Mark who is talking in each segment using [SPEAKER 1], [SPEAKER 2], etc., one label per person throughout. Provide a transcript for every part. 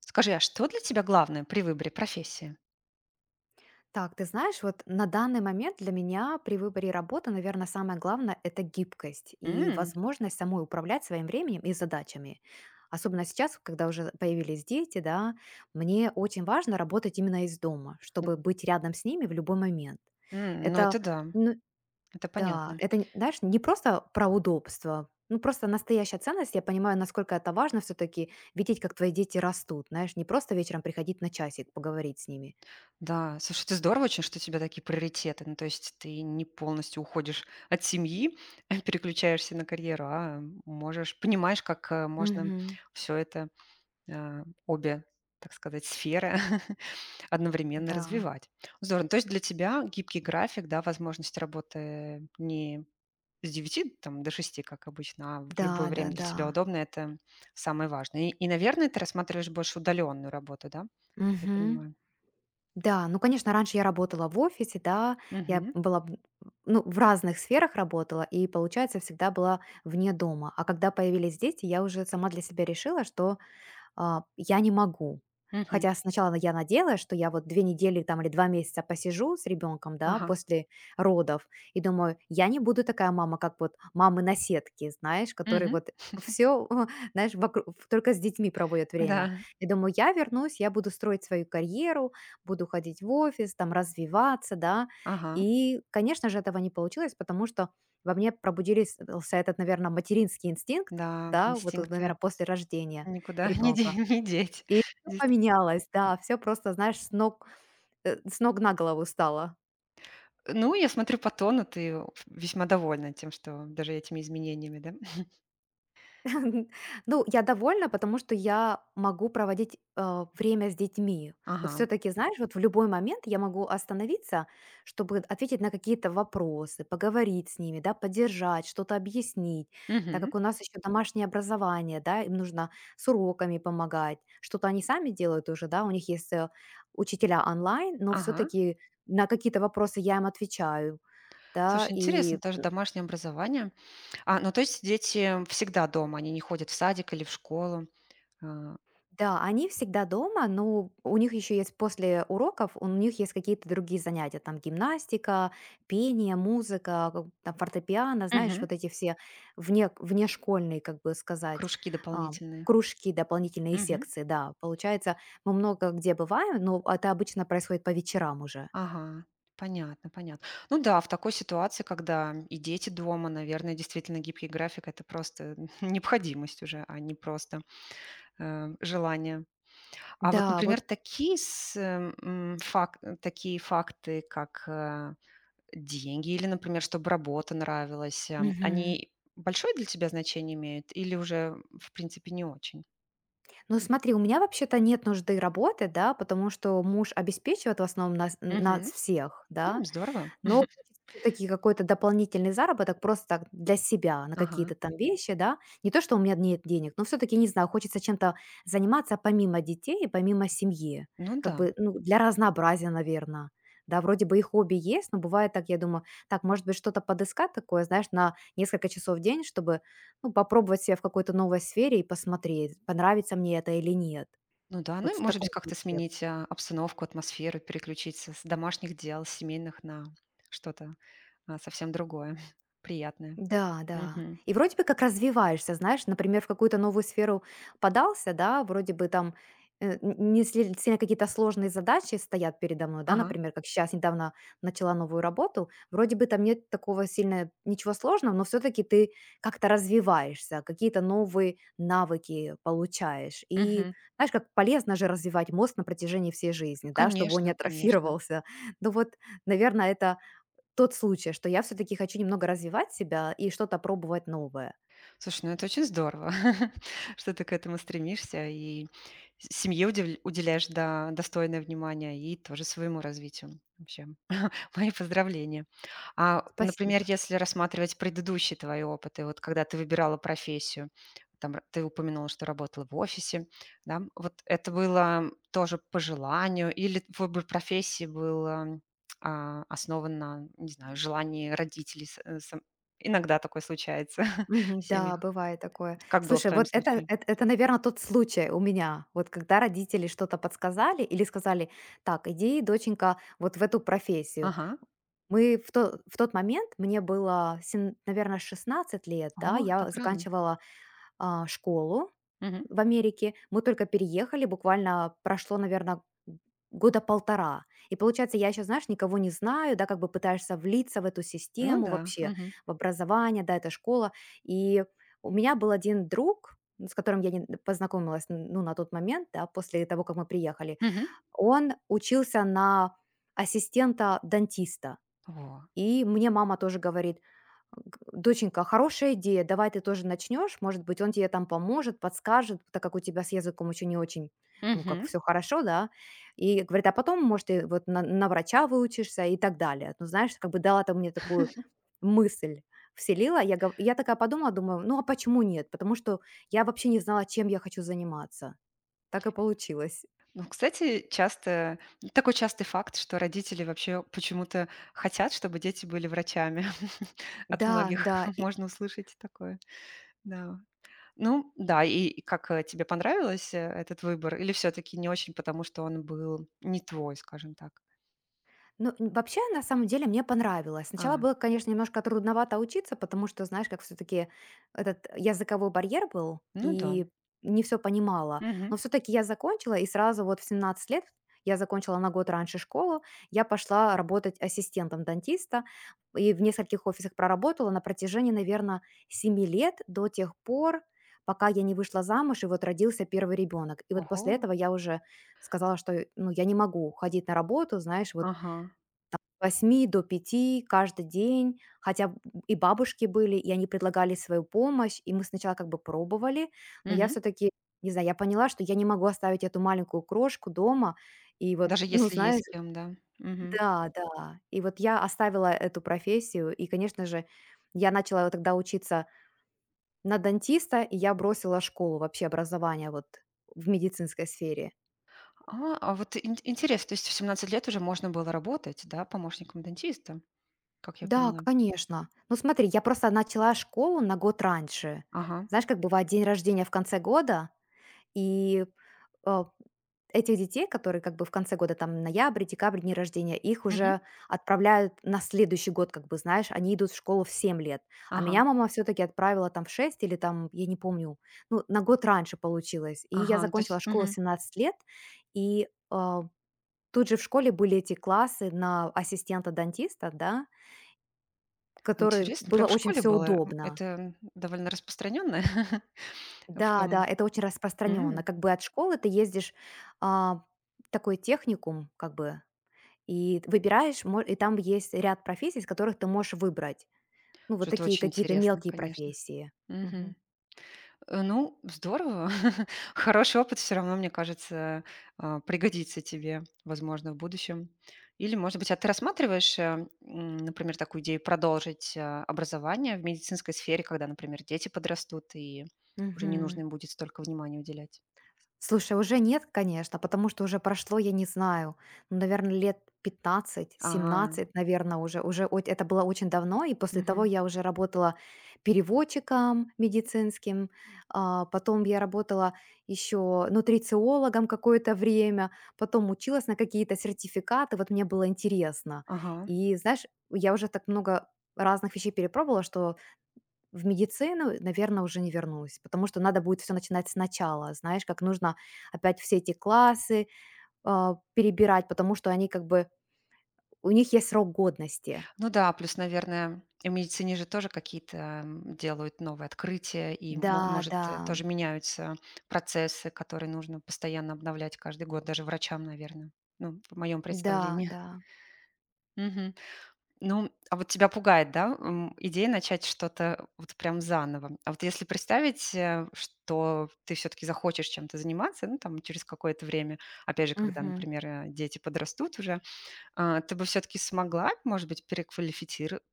[SPEAKER 1] Скажи, а что для тебя главное при выборе профессии?
[SPEAKER 2] Так, ты знаешь, вот на данный момент для меня при выборе работы, наверное, самое главное– это гибкость и
[SPEAKER 1] М,
[SPEAKER 2] возможность самой управлять своим временем и задачами. Особенно сейчас, вот когда уже появились дети, да, мне очень важно работать именно из дома,
[SPEAKER 1] ну
[SPEAKER 2] чтобы быть рядом с ними в любой момент.
[SPEAKER 1] ну,
[SPEAKER 2] Это,
[SPEAKER 1] это да,
[SPEAKER 2] ну,
[SPEAKER 1] это
[SPEAKER 2] да,
[SPEAKER 1] понятно.
[SPEAKER 2] это, знаешь, не просто про удобство, ну, просто настоящая ценность. Я понимаю, насколько это важно все-таки видеть, как твои дети растут, знаешь, не просто вечером приходить на часик, поговорить с ними.
[SPEAKER 1] Да, слушай, это здорово очень, что у тебя такие приоритеты. Ну, то есть ты не полностью уходишь от семьи, переключаешься на карьеру, а можешь, понимаешь, как можно
[SPEAKER 2] Мгм.
[SPEAKER 1] все это, обе, так сказать, сферы одновременно
[SPEAKER 2] Да.
[SPEAKER 1] развивать. Здорово. То есть для тебя гибкий график, да, возможность работы не с девяти там до шести как обычно, а в
[SPEAKER 2] Да,
[SPEAKER 1] любое время для
[SPEAKER 2] да-да.
[SPEAKER 1] тебя удобно, это самое важное. Наверное, ты рассматриваешь больше удаленную работу, да? Я
[SPEAKER 2] Мгм.
[SPEAKER 1] понимаю.
[SPEAKER 2] Да, ну, конечно, раньше я работала в офисе, да, я
[SPEAKER 1] Мгм.
[SPEAKER 2] была, б- ну, в разных сферах работала, и, получается, всегда была вне дома. А когда появились дети, я уже сама для себя решила, что я не могу.
[SPEAKER 1] Мгм.
[SPEAKER 2] Хотя сначала я надеялась, что я вот 2 недели там или 2 месяца посижу с ребенком, да,
[SPEAKER 1] Ага.
[SPEAKER 2] после родов. И думаю, я не буду такая мама, как вот мамы на сетке, знаешь, которые
[SPEAKER 1] Мгм.
[SPEAKER 2] вот все, знаешь, вокруг только с детьми проводят время.
[SPEAKER 1] Да.
[SPEAKER 2] И думаю, я вернусь, я буду строить свою карьеру, буду ходить в офис, там развиваться, да.
[SPEAKER 1] Ага.
[SPEAKER 2] И, конечно же, этого не получилось, потому что во мне пробудились ся этот, наверное, материнский инстинкт,
[SPEAKER 1] Да,
[SPEAKER 2] да, вот,
[SPEAKER 1] инстинкты
[SPEAKER 2] наверное, после рождения
[SPEAKER 1] никуда
[SPEAKER 2] ребенка.
[SPEAKER 1] не деть.
[SPEAKER 2] И всё
[SPEAKER 1] Действительно.
[SPEAKER 2] поменялось, да, все просто, знаешь, с ног на голову стало.
[SPEAKER 1] Ну, я смотрю по тону, ты весьма довольна тем, что даже этими изменениями, да?
[SPEAKER 2] Ну, я довольна, потому что я могу проводить, время с детьми. Вот все
[SPEAKER 1] Ага.
[SPEAKER 2] таки знаешь, вот в любой момент я могу остановиться, чтобы ответить на какие-то вопросы, поговорить с ними, да, поддержать, что-то объяснить, так
[SPEAKER 1] Мгм.
[SPEAKER 2] как у нас еще домашнее образование, да, им нужно с уроками помогать. Что-то они сами делают уже, да, у них есть, учителя онлайн, но все
[SPEAKER 1] Ага.
[SPEAKER 2] таки на какие-то вопросы я им отвечаю. Да,
[SPEAKER 1] Слушай,
[SPEAKER 2] и
[SPEAKER 1] интересно тоже домашнее образование. А, ну, то есть дети всегда дома, они не ходят в садик или в школу? А.
[SPEAKER 2] да, они всегда дома, но у них еще есть после уроков, у них есть какие-то другие занятия, там гимнастика, пение, музыка, как бы там фортепиано, знаешь,
[SPEAKER 1] Мгм.
[SPEAKER 2] вот эти все внешкольные, как бы сказать,
[SPEAKER 1] Кружки
[SPEAKER 2] а,
[SPEAKER 1] дополнительные.
[SPEAKER 2] кружки, дополнительные
[SPEAKER 1] Мгм.
[SPEAKER 2] секции, да. Получается, мы много где бываем, но это обычно происходит по вечерам уже.
[SPEAKER 1] Ага. Понятно, понятно. Ну да, в такой ситуации, когда и дети дома, наверное, действительно гибкий график – это просто необходимость уже, а не просто желание. А вот,
[SPEAKER 2] Да,
[SPEAKER 1] например,
[SPEAKER 2] вот.
[SPEAKER 1] такие, с, э, м, фак- э, такие факты, как деньги или, например, чтобы работа нравилась,
[SPEAKER 2] Мгм.
[SPEAKER 1] они большое для тебя значение имеют или уже, в принципе, не очень?
[SPEAKER 2] Ну смотри, у меня вообще-то нет нужды работы, да, потому что муж обеспечивает в основном нас
[SPEAKER 1] Мгм.
[SPEAKER 2] всех,
[SPEAKER 1] М,
[SPEAKER 2] да.
[SPEAKER 1] здорово.
[SPEAKER 2] Но все таки какой-то дополнительный заработок просто так для себя, на
[SPEAKER 1] Ага.
[SPEAKER 2] какие-то там вещи, да. Не то, что у меня нет денег, но все-таки, не знаю, хочется чем-то заниматься помимо детей, помимо семьи.
[SPEAKER 1] Ну
[SPEAKER 2] Как
[SPEAKER 1] да.
[SPEAKER 2] бы, ну, для разнообразия, наверное. Да, вроде бы и хобби есть, но бывает так, я думаю, так, может быть, что-то подыскать такое, знаешь, на несколько часов в день, чтобы, ну, попробовать себя в какой-то новой сфере и посмотреть, понравится мне это или нет.
[SPEAKER 1] Ну да,
[SPEAKER 2] Вот
[SPEAKER 1] ну, и,
[SPEAKER 2] в
[SPEAKER 1] может
[SPEAKER 2] таком
[SPEAKER 1] быть, как-то
[SPEAKER 2] ключе.
[SPEAKER 1] сменить, обстановку, атмосферу, переключиться с домашних дел, с семейных на что-то, совсем другое, приятное.
[SPEAKER 2] Да, да.
[SPEAKER 1] Мгм.
[SPEAKER 2] И вроде бы как развиваешься, знаешь, например, в какую-то новую сферу подался, да, вроде бы там э, н- не сли- сильно какие-то сложные задачи стоят передо мной, да,
[SPEAKER 1] Ага.
[SPEAKER 2] например, как сейчас недавно начала новую работу, вроде бы там нет такого сильно ничего сложного, но все-таки ты как-то развиваешься, какие-то новые навыки получаешь. И
[SPEAKER 1] Мгм.
[SPEAKER 2] знаешь, как полезно же развивать мозг на протяжении всей жизни, да, чтобы он не
[SPEAKER 1] Конечно, конечно.
[SPEAKER 2] атрофировался. Ну вот, наверное, это тот случай, что я все-таки хочу немного развивать себя и что-то пробовать новое.
[SPEAKER 1] Слушай, ну это очень здорово, что ты к этому стремишься и с семье удивль уделяешь, да, достойное внимание и тоже своему развитию вообще. Мои поздравления. А, например,
[SPEAKER 2] Спасибо.
[SPEAKER 1] если рассматривать предыдущие твои опыты, вот когда ты выбирала профессию, ты упомянула, что работала в офисе, да, вот это было тоже по желанию, или выбор профессии был основан на, не знаю, желании родителей. Иногда такое случается
[SPEAKER 2] Мгм.
[SPEAKER 1] в
[SPEAKER 2] Да,
[SPEAKER 1] семьях.
[SPEAKER 2] бывает такое.
[SPEAKER 1] Как было в
[SPEAKER 2] Слушай,
[SPEAKER 1] твоем
[SPEAKER 2] вот это,
[SPEAKER 1] случае?
[SPEAKER 2] это, это, наверное, тот случай у меня, вот когда родители что-то подсказали или сказали, так, иди, доченька, вот в эту профессию.
[SPEAKER 1] Ага.
[SPEAKER 2] Мы в то в тот момент мне было наверное наверно, 16 лет, да.
[SPEAKER 1] О,
[SPEAKER 2] Я
[SPEAKER 1] так рано.
[SPEAKER 2] заканчивала, школу
[SPEAKER 1] Мгм.
[SPEAKER 2] в Америке. Мы только переехали, буквально прошло, наверное, года полтора. И получается, я еще, знаешь, никого не знаю, да, как бы пытаешься влиться в эту
[SPEAKER 1] Ну
[SPEAKER 2] систему
[SPEAKER 1] да.
[SPEAKER 2] вообще,
[SPEAKER 1] Мгм.
[SPEAKER 2] в образование, да, это школа. И у меня был один друг, с которым я не познакомилась, ну, на тот момент, да, после того, как мы приехали.
[SPEAKER 1] Мгм.
[SPEAKER 2] Он учился на ассистента-дантиста.
[SPEAKER 1] О.
[SPEAKER 2] И мне мама тоже говорит: "Доченька, хорошая идея, давай ты тоже начнешь, может быть, он тебе там поможет, подскажет, так как у тебя с языком еще не очень, ну, как
[SPEAKER 1] Мгм.
[SPEAKER 2] все хорошо, да". И говорит: "А потом, может, ты вот на врача выучишься и так далее". Ну, знаешь, как бы дала там мне такую мысль, вселила. Я такая подумала, думаю, ну, а почему нет? Потому что я вообще не знала, чем я хочу заниматься. Так и получилось.
[SPEAKER 1] Ну, кстати, часто ну, такой частый факт, что родители вообще почему-то хотят, чтобы дети были врачами. От
[SPEAKER 2] Да,
[SPEAKER 1] многих
[SPEAKER 2] да.
[SPEAKER 1] можно услышать такое, да. Ну да, и как, тебе понравилось, этот выбор или все таки не очень, потому что он был не твой, скажем так?
[SPEAKER 2] Ну, н вообще, на самом деле, мне понравилось. Сначала
[SPEAKER 1] А,
[SPEAKER 2] было, конечно, немножко трудновато учиться, потому что, знаешь, как все таки этот языковой барьер был,
[SPEAKER 1] ну да.
[SPEAKER 2] и не все понимала.
[SPEAKER 1] Мгм.
[SPEAKER 2] Но все таки я закончила, и сразу вот в 17 лет я закончила на год раньше школу. Я пошла работать ассистентом дантиста и в нескольких офисах проработала на протяжении, наверное, 7 лет до тех пор, пока я не вышла замуж, и вот родился первый ребенок. И вот
[SPEAKER 1] Ого.
[SPEAKER 2] после этого я уже сказала, что, ну, я не могу ходить на работу, знаешь, вот
[SPEAKER 1] Ага.
[SPEAKER 2] 8 до пяти каждый день, и бабушки были, и они предлагали свою помощь, и мы сначала как бы пробовали, но я
[SPEAKER 1] Мгм.
[SPEAKER 2] все-таки, не знаю, я поняла, что я не могу оставить эту маленькую крошку дома, и вот,
[SPEAKER 1] Даже
[SPEAKER 2] ну,
[SPEAKER 1] если есть
[SPEAKER 2] знаешь,
[SPEAKER 1] с кем, да. Мгм.
[SPEAKER 2] да, да, и вот я оставила эту профессию, и, конечно же, я начала тогда учиться на дантиста, и я бросила школу вообще образования вот в медицинской сфере.
[SPEAKER 1] А, вот ин интересно, то есть в 17 лет уже можно было работать, да, помощником дантиста, как я
[SPEAKER 2] Да,
[SPEAKER 1] поняла?
[SPEAKER 2] конечно. Ну смотри, я просто начала школу на год раньше.
[SPEAKER 1] Ага.
[SPEAKER 2] Знаешь, как бывает день рождения в конце года, и э, этих детей, которые как бы в конце года, там ноябрь, декабрь, дни рождения, их
[SPEAKER 1] Мгм.
[SPEAKER 2] уже отправляют на следующий год, как бы, знаешь, они идут в школу в 7 лет. А
[SPEAKER 1] Ага,
[SPEAKER 2] меня мама все-таки отправила там в 6 или там, я не помню, ну, на год раньше получилось. И я
[SPEAKER 1] ага, ну, то
[SPEAKER 2] закончила
[SPEAKER 1] есть
[SPEAKER 2] школу в
[SPEAKER 1] мгм.
[SPEAKER 2] 17 лет, и тут же в школе были эти классы на ассистента-дантиста, да, который
[SPEAKER 1] Интересно,
[SPEAKER 2] было
[SPEAKER 1] прям в
[SPEAKER 2] очень
[SPEAKER 1] школе
[SPEAKER 2] все
[SPEAKER 1] было?
[SPEAKER 2] удобно.
[SPEAKER 1] Это довольно распространённо в
[SPEAKER 2] Да, да,
[SPEAKER 1] том.
[SPEAKER 2] это очень распространённо.
[SPEAKER 1] М,
[SPEAKER 2] Как бы от школы ты ездишь, а, в такой техникум, как бы, и выбираешь, мо и там есть ряд профессий, из которых ты можешь выбрать. Ну, вот
[SPEAKER 1] слушай, это
[SPEAKER 2] такие
[SPEAKER 1] очень
[SPEAKER 2] какие-то
[SPEAKER 1] интересно,
[SPEAKER 2] мелкие
[SPEAKER 1] конечно.
[SPEAKER 2] профессии. Мгм.
[SPEAKER 1] Мгм. Ну, здорово. Хороший опыт всё равно, мне кажется, пригодится тебе, возможно, в будущем. Или, может быть, а ты рассматриваешь, например, такую идею продолжить, образование в медицинской сфере, когда, например, дети подрастут и уже не
[SPEAKER 2] Мгм.
[SPEAKER 1] нужно им будет столько внимания уделять?
[SPEAKER 2] Слушай, уже нет, конечно, потому что уже прошло, я не знаю, ну, наверное, лет
[SPEAKER 1] А,
[SPEAKER 2] 15-17, наверное, уже. Уже это было очень давно, и после того я уже работала переводчиком медицинским, потом я работала еще нутрициологом какое-то время, потом училась на какие-то сертификаты, вот мне было интересно.
[SPEAKER 1] ага.
[SPEAKER 2] И, знаешь, я уже так много разных вещей перепробовала, что в медицину, наверное, уже не вернусь, потому что надо будет все начинать сначала. Знаешь, как нужно опять все эти классы, перебирать, потому что они как бы у них есть срок годности.
[SPEAKER 1] Ну да, плюс, наверное, в медицине же тоже какие-то делают новые открытия, и,
[SPEAKER 2] Да, да,
[SPEAKER 1] может, тоже меняются процессы, которые нужно постоянно обновлять каждый год, даже врачам, наверное, ну, в моем
[SPEAKER 2] да,
[SPEAKER 1] представлении.
[SPEAKER 2] да.
[SPEAKER 1] Мгм. Ну, а вот тебя пугает, да, идея начать что-то вот прям заново. А вот если представить, что ты все-таки захочешь чем-то заниматься, ну, там, через какое-то время, опять же, когда,
[SPEAKER 2] Мгм.
[SPEAKER 1] например, дети подрастут уже, ты бы все-таки смогла, может быть, переквалифицироваться,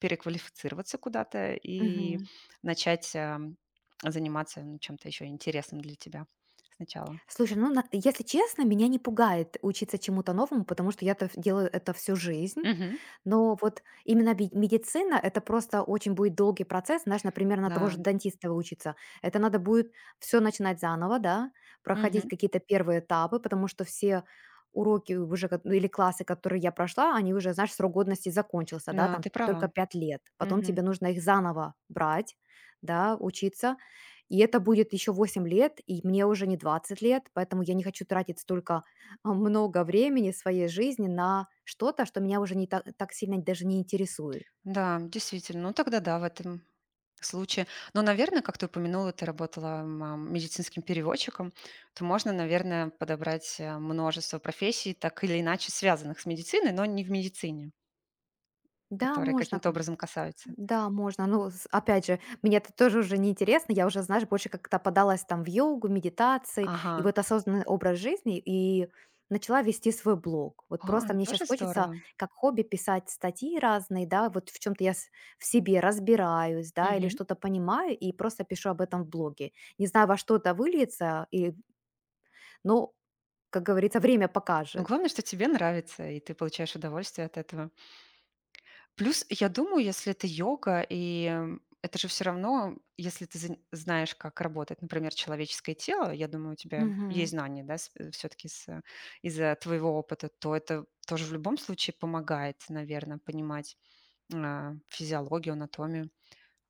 [SPEAKER 1] Переквалифицироваться куда-то и
[SPEAKER 2] Мгм.
[SPEAKER 1] начать, заниматься, ну, чем-то еще интересным для тебя сначала.
[SPEAKER 2] Слушай, ну, если честно, меня не пугает учиться чему-то новому, потому что я-то делаю это всю жизнь.
[SPEAKER 1] Мгм.
[SPEAKER 2] Но вот именно медицина, это просто очень будет долгий процесс. Знаешь, например, на того же
[SPEAKER 1] Да.
[SPEAKER 2] дантиста выучиться. Это надо будет все начинать заново, да, проходить
[SPEAKER 1] Мгм.
[SPEAKER 2] какие-то первые этапы, потому что все уроки уже, ну, или классы, которые я прошла, они уже, знаешь, срок годности закончился, да,
[SPEAKER 1] Да,
[SPEAKER 2] там
[SPEAKER 1] ты
[SPEAKER 2] только
[SPEAKER 1] права.
[SPEAKER 2] 5 лет. Потом тебе
[SPEAKER 1] Мгм.
[SPEAKER 2] нужно их заново брать, да, учиться, и это будет еще 8 лет, и мне уже не 20 лет, поэтому я не хочу тратить столько много времени своей жизни на что-то, что меня уже не так, так сильно даже не интересует.
[SPEAKER 1] Да, действительно. Ну, тогда да, в этом случае. Но, наверное, как ты упомянула, ты работала, медицинским переводчиком, то можно, наверное, подобрать, множество профессий, так или иначе связанных с медициной, но не в медицине,
[SPEAKER 2] Да,
[SPEAKER 1] которые
[SPEAKER 2] можно,
[SPEAKER 1] каким-то
[SPEAKER 2] к-
[SPEAKER 1] образом касаются.
[SPEAKER 2] Да, можно. Ну, опять же, мне это тоже уже не интересно. Я уже, знаешь, больше как-то подалась там в йогу, медитации и
[SPEAKER 1] Ага.
[SPEAKER 2] вот осознанный образ жизни и начала вести свой блог. Вот
[SPEAKER 1] А,
[SPEAKER 2] просто мне сейчас
[SPEAKER 1] тоже
[SPEAKER 2] хочется
[SPEAKER 1] здорово.
[SPEAKER 2] как хобби писать статьи разные, да, вот в чем-то я в себе разбираюсь, да, или что-то понимаю и просто пишу об этом в блоге. Не знаю, во что это выльется, и, но, как говорится, время
[SPEAKER 1] Но
[SPEAKER 2] покажет.
[SPEAKER 1] главное, что тебе нравится, и ты получаешь удовольствие от этого. Плюс, я думаю, если это йога, и, это же все равно, если ты зн знаешь, как работает, например, человеческое тело, я думаю, у тебя
[SPEAKER 2] Мгм.
[SPEAKER 1] есть знания, да, все таки из-за твоего опыта, то это тоже в любом случае помогает, наверное, понимать, физиологию, анатомию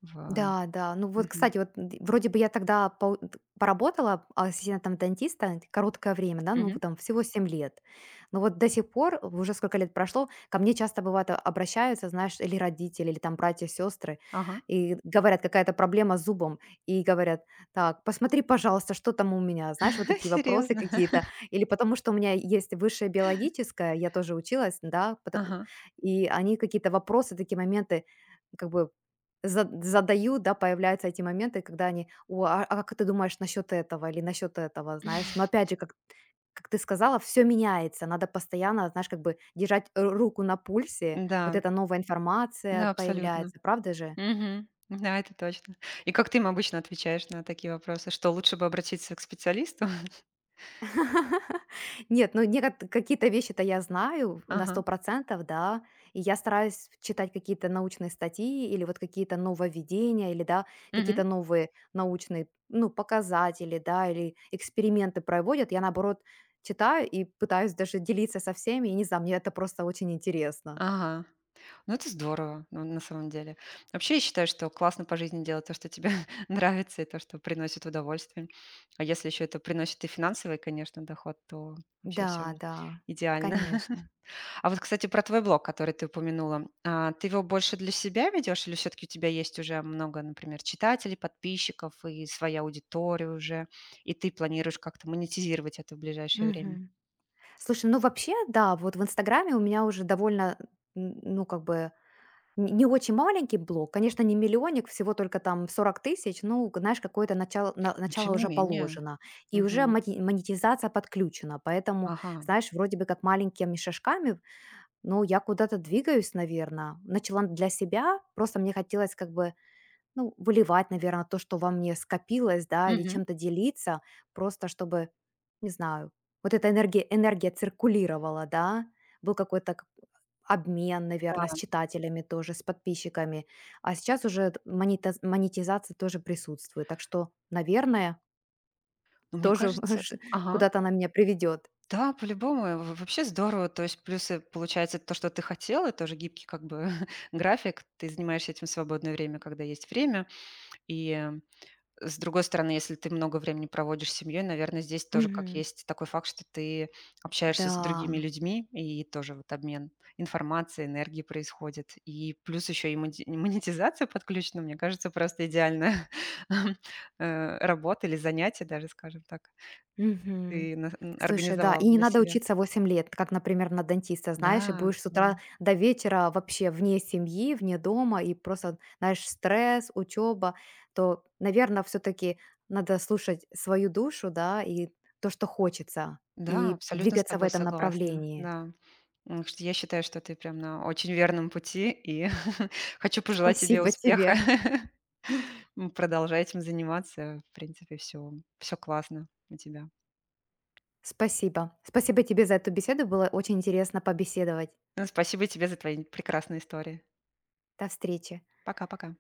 [SPEAKER 1] в.
[SPEAKER 2] Да, да. Ну вот,
[SPEAKER 1] Мгм.
[SPEAKER 2] кстати, вот вроде бы я тогда поработала ассистентом дантиста короткое время, да, ну вот
[SPEAKER 1] Мгм.
[SPEAKER 2] там всего 7 лет. Но вот до сих пор, уже сколько лет прошло, ко мне часто бывает обращаются, знаешь, или родители, или там братья, сестры,
[SPEAKER 1] Ага.
[SPEAKER 2] и говорят, какая-то проблема с зубом, и говорят, так, посмотри, пожалуйста, что там у меня, знаешь, вот такие вопросы
[SPEAKER 1] Серьезно?
[SPEAKER 2] какие-то. Или потому что у меня есть высшее биологическое, я тоже училась, да,
[SPEAKER 1] Ага.
[SPEAKER 2] и они какие-то вопросы, такие моменты, как бы задаю, да, появляются эти моменты, когда они: "О, а как ты думаешь насчет этого или насчет этого?" Знаешь, но опять же, как ты сказала, все меняется. Надо постоянно, знаешь, как бы держать ру руку на пульсе. Вот
[SPEAKER 1] Да.
[SPEAKER 2] эта новая
[SPEAKER 1] Да,
[SPEAKER 2] информация
[SPEAKER 1] абсолютно.
[SPEAKER 2] появляется, правда же?
[SPEAKER 1] Мгм. Да, это точно. И как ты им обычно отвечаешь на такие вопросы? Что лучше бы обратиться к специалисту?
[SPEAKER 2] Нет, ну некот какие-то вещи-то я знаю на сто
[SPEAKER 1] Ага.
[SPEAKER 2] процентов, да, и я стараюсь читать какие-то научные статьи или вот какие-то нововведения, или, да, какие-то
[SPEAKER 1] Мгм.
[SPEAKER 2] новые научные, ну, показатели, да, или эксперименты проводят. Я, наоборот, читаю и пытаюсь даже делиться со всеми. И не знаю, мне это просто очень интересно.
[SPEAKER 1] Ага. Ну, это здорово, ну, на самом деле. Вообще, я считаю, что классно по жизни делать то, что тебе нравится, и то, что приносит удовольствие. А если еще это приносит и финансовый, конечно, доход, то вообще все
[SPEAKER 2] Да, да,
[SPEAKER 1] идеально.
[SPEAKER 2] конечно.
[SPEAKER 1] А вот, кстати, про твой блог, который ты упомянула. А, ты его больше для себя ведешь или все-таки у тебя есть уже много, например, читателей, подписчиков и своя аудитория уже, и ты планируешь как-то монетизировать это в ближайшее время?
[SPEAKER 2] Мгм. Слушай, ну вообще, да, вот в "Инстаграме" у меня уже довольно, н ну, как бы Н не очень маленький блок, конечно, не миллионник, всего только там 40 000, ну, знаешь, какое-то начало на
[SPEAKER 1] Но
[SPEAKER 2] начало
[SPEAKER 1] тем не
[SPEAKER 2] уже
[SPEAKER 1] менее.
[SPEAKER 2] положено. И уже
[SPEAKER 1] Мгм.
[SPEAKER 2] мати монетизация подключена, поэтому,
[SPEAKER 1] Ага.
[SPEAKER 2] знаешь, вроде бы как маленькими шажками, но я куда-то двигаюсь, наверное, начала для себя, просто мне хотелось как бы ну, выливать, наверное, то, что во мне скопилось, да, или
[SPEAKER 1] Мгм.
[SPEAKER 2] чем-то делиться, просто чтобы, не знаю, вот эта энергия циркулировала, да, был какой-то обмен, наверное, с
[SPEAKER 1] Да.
[SPEAKER 2] читателями тоже, с подписчиками. А сейчас уже монетизация тоже присутствует. Так что, наверное,
[SPEAKER 1] Ну, мне
[SPEAKER 2] тоже
[SPEAKER 1] кажется, ага.
[SPEAKER 2] куда-то она меня приведет.
[SPEAKER 1] Да, по-любому, вообще здорово. То есть плюсы, получается, то, что ты хотела, тоже гибкий как бы график. Ты занимаешься этим в свободное время, когда есть время. И с другой стороны, если ты много времени проводишь с семьей, наверное, здесь тоже как
[SPEAKER 2] Мгм.
[SPEAKER 1] есть такой факт, что ты общаешься с другими
[SPEAKER 2] Да.
[SPEAKER 1] людьми, и тоже вот обмен информацией, энергией происходит. И плюс еще и монетизация подключена, мне кажется, просто идеальная работа или занятие даже, скажем так,
[SPEAKER 2] Мгм.
[SPEAKER 1] ты
[SPEAKER 2] Слушай, да,
[SPEAKER 1] организовал
[SPEAKER 2] и не
[SPEAKER 1] для
[SPEAKER 2] надо
[SPEAKER 1] себя.
[SPEAKER 2] учиться 8 лет, как, например, на дантиста, знаешь, и
[SPEAKER 1] Да,
[SPEAKER 2] будешь с
[SPEAKER 1] да.
[SPEAKER 2] утра до вечера вообще вне семьи, вне дома, и просто, знаешь, стресс, учеба, то, наверное, все-таки надо слушать свою душу, да, и то, что хочется,
[SPEAKER 1] Да,
[SPEAKER 2] и
[SPEAKER 1] абсолютно с
[SPEAKER 2] двигаться в
[SPEAKER 1] тобой
[SPEAKER 2] этом
[SPEAKER 1] согласна.
[SPEAKER 2] направлении.
[SPEAKER 1] Да. М, что Я считаю, что ты прям на очень верном пути, и хочу пожелать тебе
[SPEAKER 2] Спасибо
[SPEAKER 1] успеха.
[SPEAKER 2] тебе.
[SPEAKER 1] Продолжай этим заниматься. В принципе, все классно у тебя.
[SPEAKER 2] Спасибо. Спасибо тебе за эту беседу. Было очень интересно побеседовать.
[SPEAKER 1] Ну, спасибо тебе за твои прекрасные истории.
[SPEAKER 2] До встречи.
[SPEAKER 1] Пока-пока.